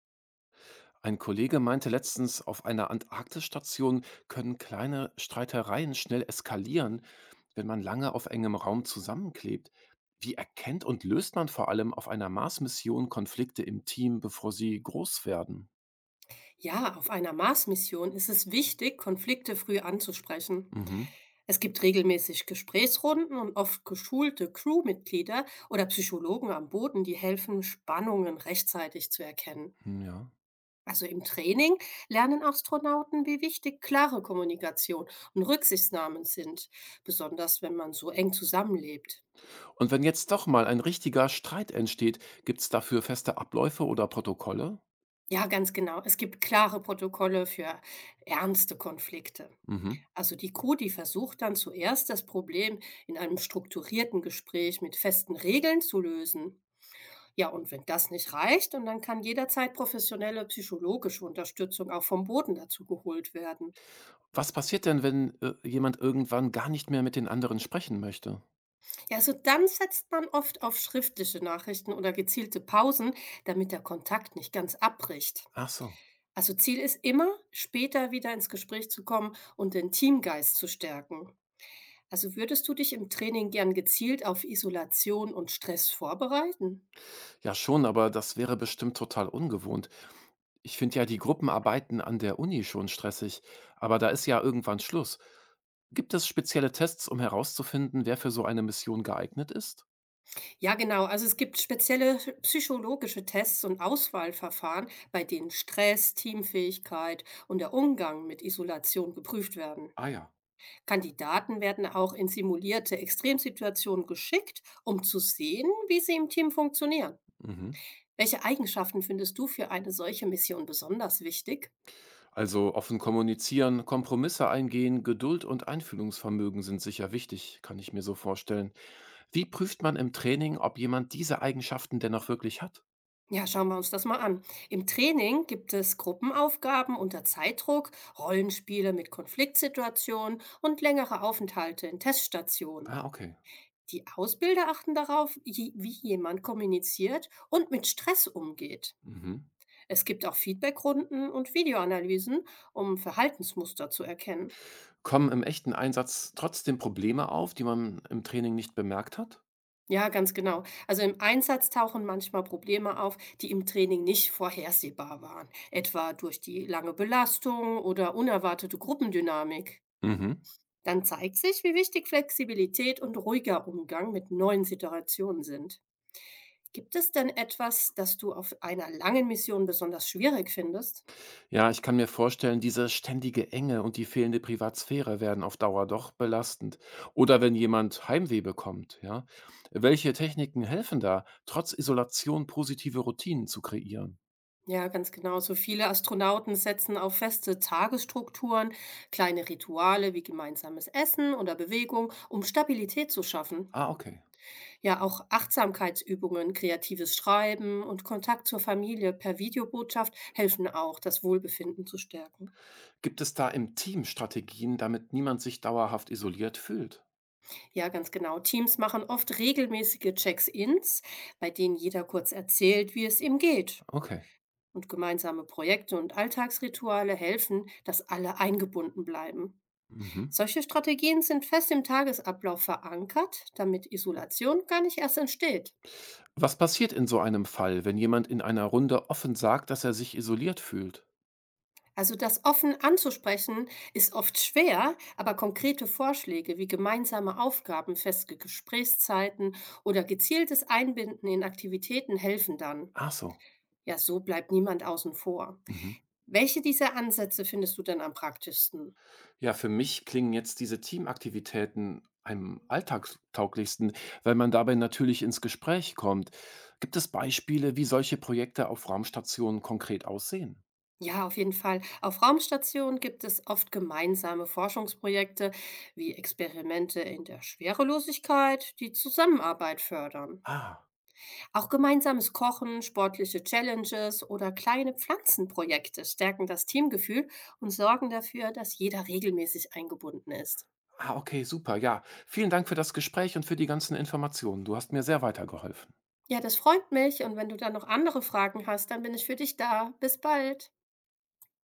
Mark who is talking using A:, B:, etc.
A: Ein Kollege meinte letztens, auf einer Antarktisstation können kleine Streitereien schnell eskalieren, wenn man lange auf engem Raum zusammenklebt. Wie erkennt und löst man vor allem auf einer Mars-Mission Konflikte im Team, bevor sie groß werden?
B: Ja, auf einer Mars-Mission ist es wichtig, Konflikte früh anzusprechen.
A: Mhm.
B: Es gibt regelmäßig Gesprächsrunden und oft geschulte Crewmitglieder oder Psychologen am Boden, die helfen, Spannungen rechtzeitig zu erkennen.
A: Hm, ja.
B: Also im Training lernen Astronauten, wie wichtig klare Kommunikation und Rücksichtsnahmen sind, besonders wenn man so eng zusammenlebt.
A: Und wenn jetzt doch mal ein richtiger Streit entsteht, gibt es dafür feste Abläufe oder Protokolle?
B: Ja, ganz genau. Es gibt klare Protokolle für ernste Konflikte.
A: Mhm.
B: Also die Crew, die versucht dann zuerst das Problem in einem strukturierten Gespräch mit festen Regeln zu lösen. Ja, und wenn das nicht reicht, und dann kann jederzeit professionelle psychologische Unterstützung auch vom Boden dazu geholt werden.
A: Was passiert denn, wenn jemand irgendwann gar nicht mehr mit den anderen sprechen möchte?
B: Ja, also dann setzt man oft auf schriftliche Nachrichten oder gezielte Pausen, damit der Kontakt nicht ganz abbricht.
A: Ach so.
B: Also Ziel ist immer, später wieder ins Gespräch zu kommen und den Teamgeist zu stärken. Also würdest du dich im Training gern gezielt auf Isolation und Stress vorbereiten?
A: Ja, schon, aber das wäre bestimmt total ungewohnt. Ich finde ja die Gruppenarbeiten an der Uni schon stressig, aber da ist ja irgendwann Schluss. Gibt es spezielle Tests, um herauszufinden, wer für so eine Mission geeignet ist?
B: Ja, genau. Also es gibt spezielle psychologische Tests und Auswahlverfahren, bei denen Stress, Teamfähigkeit und der Umgang mit Isolation geprüft werden.
A: Ah, ja.
B: Kandidaten werden auch in simulierte Extremsituationen geschickt, um zu sehen, wie sie im Team funktionieren.
A: Mhm.
B: Welche Eigenschaften findest du für eine solche Mission besonders wichtig?
A: Also offen kommunizieren, Kompromisse eingehen, Geduld und Einfühlungsvermögen sind sicher wichtig, kann ich mir so vorstellen. Wie prüft man im Training, ob jemand diese Eigenschaften denn auch wirklich hat?
B: Ja, schauen wir uns das mal an. Im Training gibt es Gruppenaufgaben unter Zeitdruck, Rollenspiele mit Konfliktsituationen und längere Aufenthalte in Teststationen.
A: Ah, okay.
B: Die Ausbilder achten darauf, wie jemand kommuniziert und mit Stress umgeht.
A: Mhm.
B: Es gibt auch Feedbackrunden und Videoanalysen, um Verhaltensmuster zu erkennen.
A: Kommen im echten Einsatz trotzdem Probleme auf, die man im Training nicht bemerkt hat?
B: Ja, ganz genau. Also im Einsatz tauchen manchmal Probleme auf, die im Training nicht vorhersehbar waren, etwa durch die lange Belastung oder unerwartete Gruppendynamik.
A: Mhm.
B: Dann zeigt sich, wie wichtig Flexibilität und ruhiger Umgang mit neuen Situationen sind. Gibt es denn etwas, das du auf einer langen Mission besonders schwierig findest?
A: Ja, ich kann mir vorstellen, diese ständige Enge und die fehlende Privatsphäre werden auf Dauer doch belastend. Oder wenn jemand Heimweh bekommt, ja. Welche Techniken helfen da, trotz Isolation positive Routinen zu kreieren?
B: Ja, ganz genau. So viele Astronauten setzen auf feste Tagesstrukturen, kleine Rituale wie gemeinsames Essen oder Bewegung, um Stabilität zu schaffen.
A: Ah, okay.
B: Ja, auch Achtsamkeitsübungen, kreatives Schreiben und Kontakt zur Familie per Videobotschaft helfen auch, das Wohlbefinden zu stärken.
A: Gibt es da im Team Strategien, damit niemand sich dauerhaft isoliert fühlt?
B: Ja, ganz genau. Teams machen oft regelmäßige Checks-ins, bei denen jeder kurz erzählt, wie es ihm geht.
A: Okay.
B: Und gemeinsame Projekte und Alltagsrituale helfen, dass alle eingebunden bleiben.
A: Mhm.
B: Solche Strategien sind fest im Tagesablauf verankert, damit Isolation gar nicht erst entsteht.
A: Was passiert in so einem Fall, wenn jemand in einer Runde offen sagt, dass er sich isoliert fühlt?
B: Also das offen anzusprechen ist oft schwer, aber konkrete Vorschläge wie gemeinsame Aufgaben, feste Gesprächszeiten oder gezieltes Einbinden in Aktivitäten helfen dann.
A: Ach so.
B: Ja, so bleibt niemand außen vor.
A: Mhm.
B: Welche dieser Ansätze findest du denn am praktischsten?
A: Ja, für mich klingen jetzt diese Teamaktivitäten am alltagstauglichsten, weil man dabei natürlich ins Gespräch kommt. Gibt es Beispiele, wie solche Projekte auf Raumstationen konkret aussehen?
B: Ja, auf jeden Fall. Auf Raumstationen gibt es oft gemeinsame Forschungsprojekte wie Experimente in der Schwerelosigkeit, die Zusammenarbeit fördern.
A: Ah,
B: Auch gemeinsames Kochen, sportliche Challenges oder kleine Pflanzenprojekte stärken das Teamgefühl und sorgen dafür, dass jeder regelmäßig eingebunden ist.
A: ah, okay, super. Ja, vielen Dank für das Gespräch und für die ganzen Informationen. Du hast mir sehr weitergeholfen.
B: Ja, das freut mich und wenn du dann noch andere Fragen hast, dann bin ich für dich da. Bis bald.